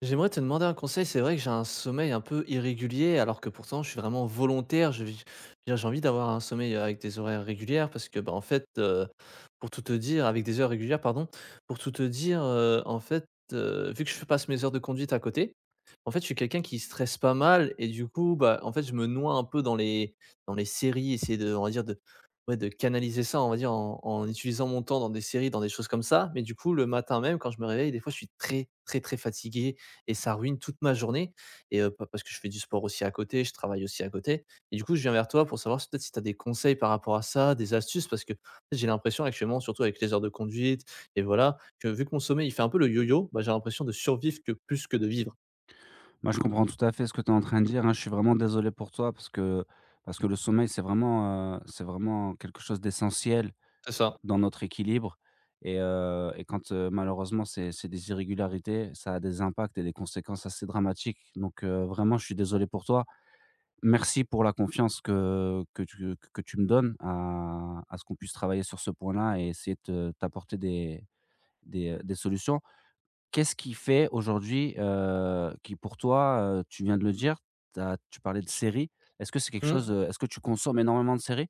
J'aimerais te demander un conseil. C'est vrai que j'ai un sommeil un peu irrégulier, alors que pourtant je suis vraiment volontaire. Je veux dire, j'ai envie d'avoir un sommeil avec des horaires régulières parce que, bah, en fait, pour tout te dire, avec des heures régulières, pardon, pour tout te dire, en fait, vu que je passe mes heures de conduite à côté, en fait, je suis quelqu'un qui stresse pas mal et du coup, bah, en fait, je me noie un peu dans les séries, essayer de, on va dire, de, ouais, de canaliser ça, on va dire, en, en utilisant mon temps dans des séries, dans des choses comme ça. Mais du coup, le matin même, quand je me réveille, des fois, je suis très, très, très fatigué et ça ruine toute ma journée et pa parce que je fais du sport aussi à côté, je travaille aussi à côté et du coup, je viens vers toi pour savoir si peut-être si tu as des conseils par rapport à ça, des astuces parce que j'ai l'impression actuellement, surtout avec les heures de conduite et voilà, que vu que mon sommeil il fait un peu le yo-yo, bah, j'ai l'impression de survivre que plus que de vivre. Moi, je comprends tout à fait ce que tu es en train de dire, hein. Je suis vraiment désolé pour toi parce que le sommeil, c'est vraiment quelque chose d'essentiel C'est ça. dans notre équilibre. Et quand, malheureusement, c'est des irrégularités, ça a des impacts et des conséquences assez dramatiques, donc vraiment, je suis désolé pour toi. Merci pour la confiance que tu me donnes à ce qu'on puisse travailler sur ce point-là et essayer de te t'apporter des des solutions. Qu'est-ce qui fait aujourd'hui, qui pour toi, tu viens de le dire, tu tu parlais de séries. Est-ce que c'est quelque chose, est-ce que tu consommes énormément de séries?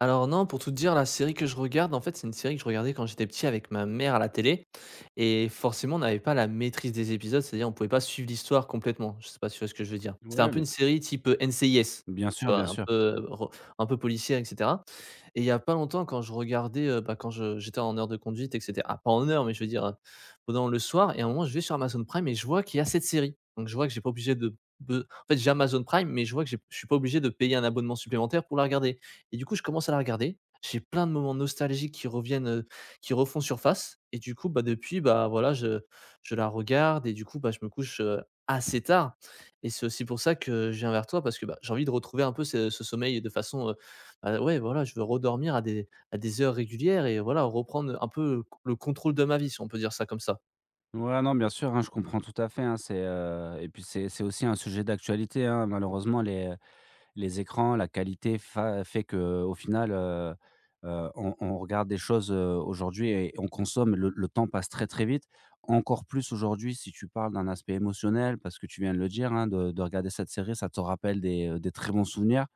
Alors non, pour tout te dire, la série que je regarde, en fait, c'est une série que je regardais quand j'étais petit avec ma mère à la télé. Et forcément, on n'avait pas la maîtrise des épisodes, c'est-à-dire on pouvait pas suivre l'histoire complètement. Je sais pas si tu vois ce que je veux dire. C'était un Ouais, peu une série type NCIS, bien tu sûr, bien vois, un sûr. peu, un peu policière, etc. Et il y a pas longtemps, quand je regardais, bah, quand j'étais en heure de conduite, etc. Ah, pas en heure, mais je veux dire, pendant le soir, et à un moment, je vais sur Amazon Prime et je vois qu'il y a cette série. Donc je vois que j'ai pas obligé de... En fait, j'ai Amazon Prime, mais je vois que je suis pas obligé de payer un abonnement supplémentaire pour la regarder. Et du coup, je commence à la regarder. J'ai plein de moments nostalgiques qui reviennent, qui refont surface et du coup, bah, depuis, bah, voilà, je la regarde et du coup, bah, je me couche, assez tard et c'est aussi pour ça que je viens vers toi parce que, bah, j'ai envie de retrouver un peu ce sommeil de façon, bah, ouais, voilà, je veux redormir à des heures régulières et voilà, reprendre un peu le contrôle de ma vie, si on peut dire ça comme ça. Ouais, non, bien sûr, hein, je comprends tout à fait, hein, c'est, et puis c'est aussi un sujet d'actualité, hein, malheureusement les écrans, la qualité fa fait que au final, on regarde des choses, aujourd'hui et on consomme. Le temps passe très, très vite. Encore plus aujourd'hui si tu parles d'un aspect émotionnel parce que tu viens de le dire, hein, de regarder cette série, ça te rappelle des très bons souvenirs.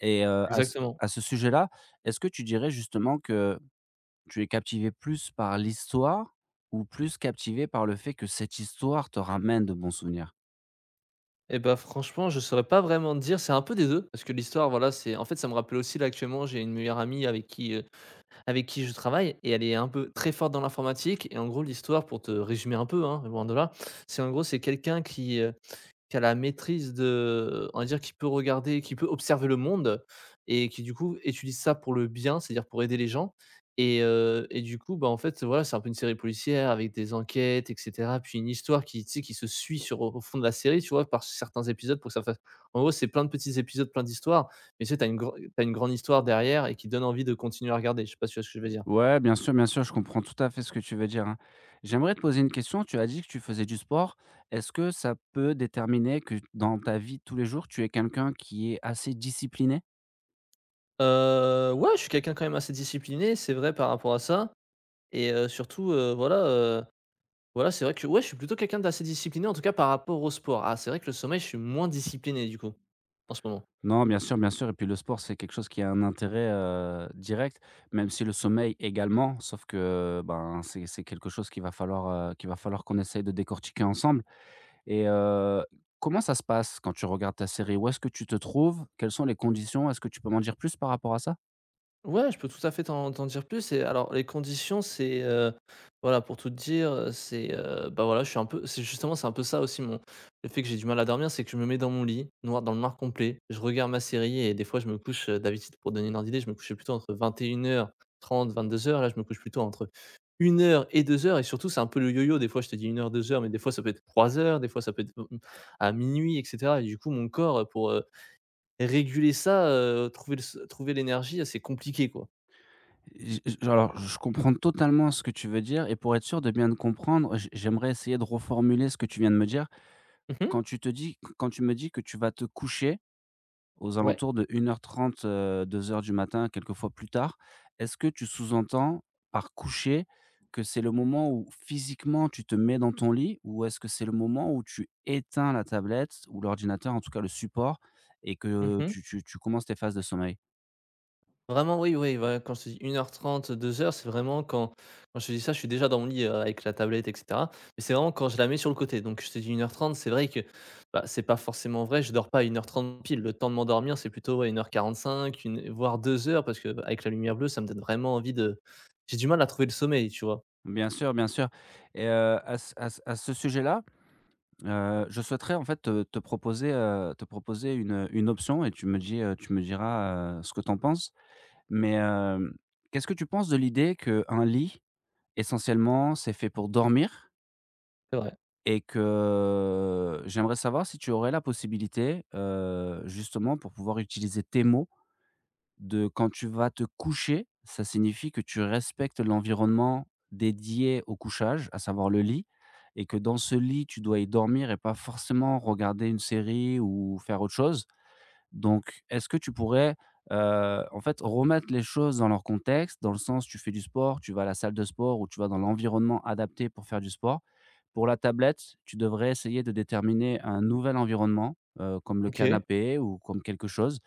À ce Exactement. Sujet-là, est-ce que tu dirais justement que tu es captivé plus par l'histoire, ou plus captivé par le fait que cette histoire te ramène de bons souvenirs? Et bah, franchement, je saurais pas vraiment te dire, c'est un peu des 2 parce que l'histoire, voilà, c'est en fait, ça me rappelle aussi là, actuellement, j'ai une meilleure amie avec qui je travaille et elle est un peu très forte dans l'informatique et en gros l'histoire pour te résumer un peu, hein, loin de là, c'est en gros c'est quelqu'un qui a la maîtrise de on va dire, qui peut regarder, qui peut observer le monde et qui, du coup, utilise ça pour le bien, c'est-à-dire pour aider les gens et du coup, bah, en fait, voilà, c'est un peu une série policière avec des enquêtes et cetera. Puis une histoire qui, tu sais, qui se suit sur au fond de la série, tu vois? Par certains épisodes pour que ça fasse en gros, c'est plein de petits épisodes, plein d'histoires, mais tu sais, t'as une gran tu une grande histoire derrière et qui donne envie de continuer à regarder. Je sais pas si tu vois ce que je veux dire? Ouais, bien sûr, je comprends tout à fait ce que tu veux dire, hein. J'aimerais te poser une question, tu as dit que tu faisais du sport. Est-ce que ça peut déterminer que dans ta vie de tous les jours, tu es quelqu'un qui est assez discipliné? Ouais, je suis quelqu'un quand même assez discipliné, c'est vrai par rapport à ça surtout, voilà. Voilà, c'est vrai que ouais, je suis plutôt quelqu'un d'assez discipliné, en tout cas par rapport au sport. Ah, c'est vrai que le sommeil, je suis moins discipliné du coup, en ce moment. Non, bien sûr, bien sûr, et puis le sport, c'est quelque chose qui a un intérêt, direct, même si le sommeil également, sauf que, ben, c'est quelque chose qu'il va falloir, qu'on essaye de décortiquer ensemble. et heu, Comment ça se passe quand tu regardes ta série? Où est-ce que tu te trouves? Quelles sont les conditions? Est-ce que tu peux m'en dire plus par rapport à ça? Ouais, je peux tout à fait t'en dire plus et alors les conditions c'est, voilà pour tout te dire, c'est, bah, voilà je suis un peu c'est justement c'est un peu ça aussi mon le fait que j'ai du mal à dormir, c'est que je me mets dans mon lit, noir dans le noir complet, je regarde ma série et des fois je me couche, d'habitude pour donner une ordre d'idée, je me couchais plutôt entre vingt et une heures trente, deux heures. Là je me couche plutôt entre une heure et 2h. Et surtout c'est un peu le yo-yo des fois je te dis une heure, deux heures, mais des fois ça peut être 3h. Des fois ça peut être m à minuit, et cetera et du coup mon corps, pour, réguler ça, trouver le s trouver l'énergie, c'est compliqué quoi. Je comprends totalement ce que tu veux dire, et pour être sûr de bien te comprendre, j'aimerais essayer de reformuler ce que tu viens de me dire. Mmh mh. Quand tu me dis que tu vas te coucher aux Ouais. alentours de 01:30, deux heures du matin, quelquefois plus tard, est-ce que tu sous-entends par coucher que c'est le moment où physiquement tu te mets dans ton lit? Ou est-ce que c'est le moment où tu éteins la tablette ou l'ordinateur, en tout cas le support, et Mmh que mh. Tu commences tes phases de sommeil? Vraiment, oui, oui, voilà, quand je te dis 1h30, deux heures, c'est vraiment quand je te dis ça, je suis déjà dans mon lit, avec la tablette et cetera. Mais c'est vraiment quand je la mets sur le côté. Donc je te dis une heure trente, c'est vrai que, bah, c'est pas forcément vrai, je dors pas à une heure trente pile. Le temps de m'endormir, c'est plutôt, ouais, 1:45, une voire deux heures, parce qu'avec la lumière bleue, ça me donne vraiment envie de j'ai du mal à trouver le sommeil, tu vois? Bien sûr, bien sûr. À ce sujet-là, je souhaiterais en fait te proposer une option, et tu me dis, tu me diras, ce que tu en penses. Mais, qu'est-ce que tu penses de l'idée qu'un lit, essentiellement, c'est fait pour dormir, C'est vrai. et que j'aimerais savoir si tu aurais la possibilité, justement pour pouvoir utiliser tes mots, de quand tu vas te coucher, ça signifie que tu respectes l'environnement dédié au couchage, à savoir le lit, et que dans ce lit, tu dois y dormir et pas forcément regarder une série ou faire autre chose. Donc, est-ce que tu pourrais, en fait, remettre les choses dans leur contexte? Dans le sens, tu fais du sport, tu vas à la salle de sport ou tu vas dans l'environnement adapté pour faire du sport. Pour la tablette, tu devrais essayer de déterminer un nouvel environnement, comme le OK. canapé ou comme quelque chose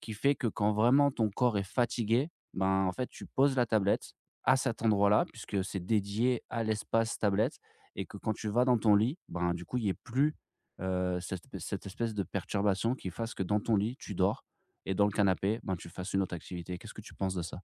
qui fait que quand vraiment ton corps est fatigué, ben, en fait, tu poses la tablette à cet endroit-là puisque c'est dédié à l'espace tablette, et que quand tu vas dans ton lit, ben, du coup, il y ait plus, cette espèce de perturbation qui fasse que dans ton lit, tu dors, et dans le canapé, ben, tu fasses une autre activité. Qu'est-ce que tu penses de ça?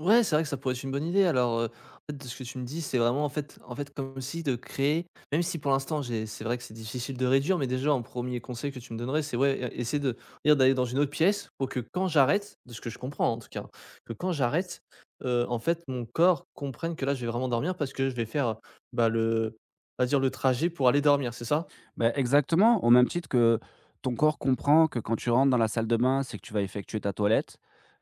Ouais, c'est vrai que ça pourrait être une bonne idée. Alors, en fait, de ce que tu me dis, c'est vraiment en fait comme si de créer même si pour l'instant j'ai c'est vrai que c'est difficile de réduire, mais déjà un premier conseil que tu me donnerais, c'est ouais, e essayer de dire d'aller dans une autre pièce pour que quand j'arrête, de ce que je comprends en tout cas, que quand j'arrête, en fait mon corps comprenne que là je vais vraiment dormir parce que je vais faire, bah, le on va dire le trajet pour aller dormir, c'est ça? Ben exactement, au même titre que ton corps comprend que quand tu rentres dans la salle de bain, c'est que tu vas effectuer ta toilette,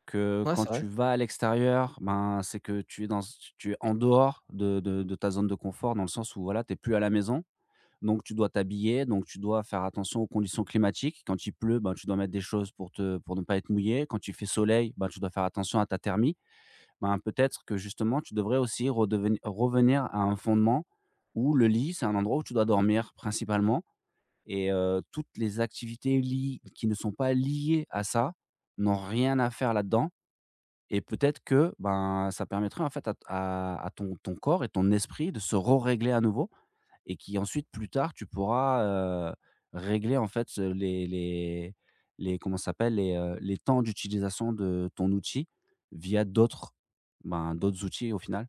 que Ouais, quand c'est vrai. tu vas à l'extérieur, ben, c'est que tu es en dehors de ta zone de confort, dans le sens où voilà, tu es plus à la maison, donc tu dois t'habiller, donc tu dois faire attention aux conditions climatiques. Quand il pleut, ben, tu dois mettre des choses pour te pour ne pas être mouillé. Quand il fait soleil, ben, tu dois faire attention à ta thermie. Ben, peut-être que justement, tu devrais aussi redeveni revenir à un fondement où le lit, c'est un endroit où tu dois dormir principalement, toutes les activités li qui ne sont pas liées à ça, n'ont rien à faire là-dedans, et peut-être que, ben, ça permettrait en fait à ton corps et ton esprit de se rerégler à nouveau, et qui ensuite plus tard tu pourras, heu, régler en fait ce les comment ça s'appelle? Les temps d'utilisation de ton outil via d'autres, ben, d'autres outils au final.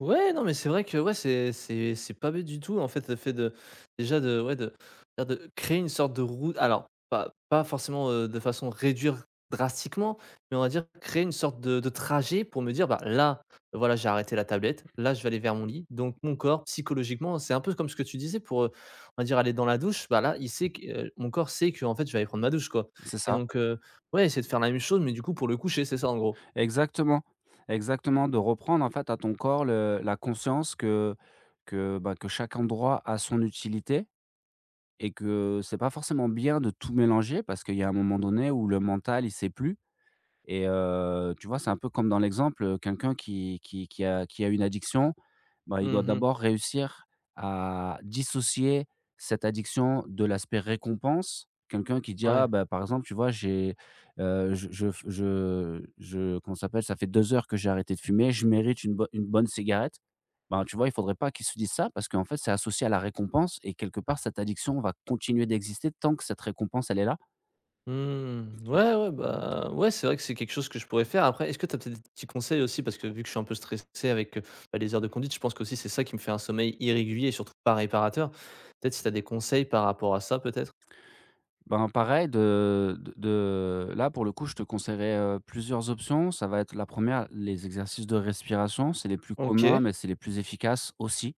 Ouais, non, mais c'est vrai que ouais, c'est pas bête du tout en fait, le fait de déjà de ouais, de dire de créer une sorte de route alors pas forcément, de façon réduire drastiquement, mais on va dire créer une sorte de trajet pour me dire: «Bah, là, voilà, j'ai arrêté la tablette, là, je vais aller vers mon lit». Donc mon corps psychologiquement, c'est un peu comme ce que tu disais pour, on va dire aller dans la douche, bah, là, il sait que, mon corps sait que en fait, je vais aller prendre ma douche, quoi C'est et ça. donc ouais, essayer de faire la même chose mais du coup pour le coucher, c'est ça en gros? Exactement, exactement, de reprendre en fait à ton corps le la conscience que que chaque endroit a son utilité, et que c'est pas forcément bien de tout mélanger parce qu'il y a un moment donné où le mental, il sait plus. Tu vois, c'est un peu comme dans l'exemple, quelqu'un qui a une addiction, bah, il doit Mmh. d'abord réussir à dissocier cette addiction de l'aspect récompense. Quelqu'un qui dit: «Ah Ouais. bah, par exemple, tu vois, j'ai, je comment ça s'appelle? Ça fait 2 heures que j'ai arrêté de fumer, je mérite une bo une bonne cigarette». Ben, tu vois, il faudrait pas qu'il se dise ça parce qu'en fait, c'est associé à la récompense et quelque part, cette addiction va continuer d'exister tant que cette récompense, elle est là. Mmh. Ouais, ouais, bah, ouais, c'est vrai que c'est quelque chose que je pourrais faire. Après, est-ce que tu as peut-être des petits conseils aussi? Parce que vu que je suis un peu stressé avec, bah, les heures de conduite, je pense qu'aussi c'est ça qui me fait un sommeil irrégulier et surtout pas réparateur. Peut-être si tu as des conseils par rapport à ça, peut-être? Ben, pareil de là, pour le coup, je te conseillerais, plusieurs options. Ça va être la première les exercices de respiration, c'est les plus communs, OK. mais c'est les plus efficaces aussi.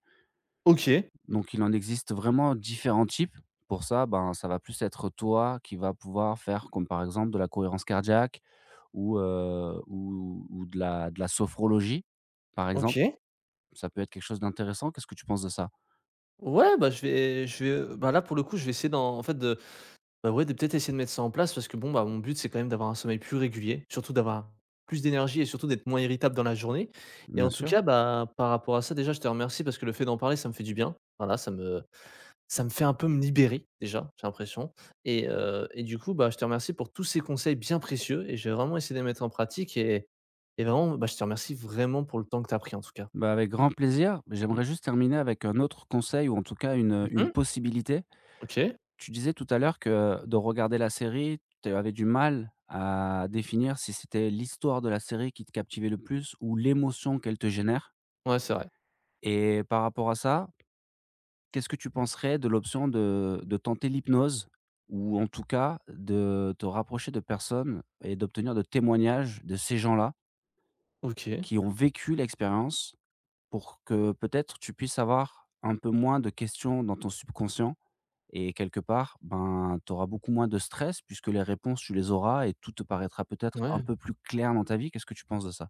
OK. Donc il en existe vraiment différents types. Pour ça, ben, ça va plus être toi qui va pouvoir faire comme, par exemple, de la cohérence cardiaque ou, ou de la sophrologie, par exemple. OK. Ça peut être quelque chose d'intéressant. Qu'est-ce que tu penses de ça? Ouais, bah, je vais, bah, là, pour le coup, je vais essayer d'en en fait, de bah, ouais, de peut-être essayer de mettre ça en place parce que bon, bah, mon but, c'est quand même d'avoir un sommeil plus régulier, surtout d'avoir plus d'énergie et surtout d'être moins irritable dans la journée et Bien en tout sûr. cas, bah, par rapport à ça, déjà, je te remercie parce que le fait d'en parler, ça me fait du bien. Voilà, ça me fait un peu me libérer déjà, j'ai l'impression et du coup, bah, je te remercie pour tous ces conseils bien précieux et j'ai vraiment essayé de les mettre en pratique et vraiment, bah, je te remercie vraiment pour le temps que tu as pris, en tout cas. Bah, avec grand plaisir. J'aimerais juste terminer avec un autre conseil, ou en tout cas une Mmh. possibilité. OK. Tu disais tout à l'heure que de regarder la série, tu avais du mal à définir si c'était l'histoire de la série qui te captivait le plus ou l'émotion qu'elle te génère. Ouais, c'est vrai. Et par rapport à ça, qu'est-ce que tu penserais de l'option de tenter l'hypnose, ou en tout cas de te rapprocher de personnes et d'obtenir de témoignages de ces gens-là OK. qui ont vécu l'expérience, pour que peut-être tu puisses avoir un peu moins de questions dans ton subconscient? Et quelque part, ben, tu auras beaucoup moins de stress puisque les réponses, tu les auras et tout te paraîtra peut-être un Ouais. peu plus clair dans ta vie. Qu'est-ce que tu penses de ça?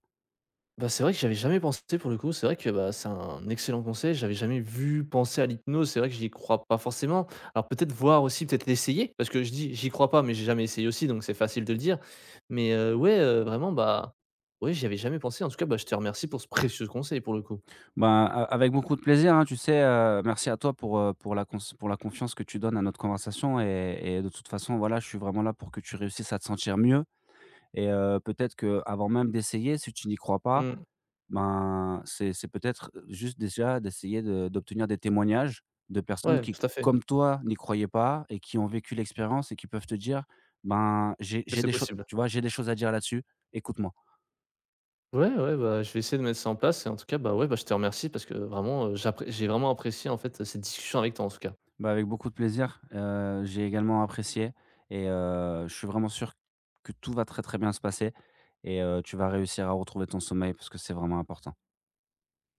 Bah, c'est vrai que j'avais jamais pensé pour le coup. C'est vrai que, bah, c'est un excellent conseil. J'avais jamais vu penser à l'hypnose. C'est vrai que j'y crois pas forcément. Alors peut-être voir aussi, peut-être l'essayer. Parce que je dis j'y crois pas, mais j'ai jamais essayé aussi, donc c'est facile de le dire. Mais ouais, vraiment, bah, ouais, j'y avais jamais pensé. En tout cas, bah, je te remercie pour ce précieux conseil pour le coup. Ben, a avec beaucoup de plaisir, hein, tu sais, merci à toi pour la cons pour la confiance que tu donnes à notre conversation, et de toute façon, voilà, je suis vraiment là pour que tu réussisses à te sentir mieux. Peut-être que avant même d'essayer, si tu n'y crois pas, Mmh. ben, c'est peut-être juste déjà d'essayer de d'obtenir des témoignages de personnes Ouais, qui, tout à fait, comme toi, n'y croyaient pas et qui ont vécu l'expérience et qui peuvent te dire: «Ben, que j'ai c'est des choses, possible. tu vois, j'ai des choses à dire là-dessus, écoute-moi». Ouais, ouais, bah, je vais essayer de mettre ça en place et en tout cas, bah, ouais, bah, je te remercie parce que vraiment, j'ai vraiment apprécié en fait, cette discussion avec toi en tout cas. Bah, avec beaucoup de plaisir, j'ai également apprécié, je suis vraiment sûr que tout va très, très bien se passer, tu vas réussir à retrouver ton sommeil parce que c'est vraiment important.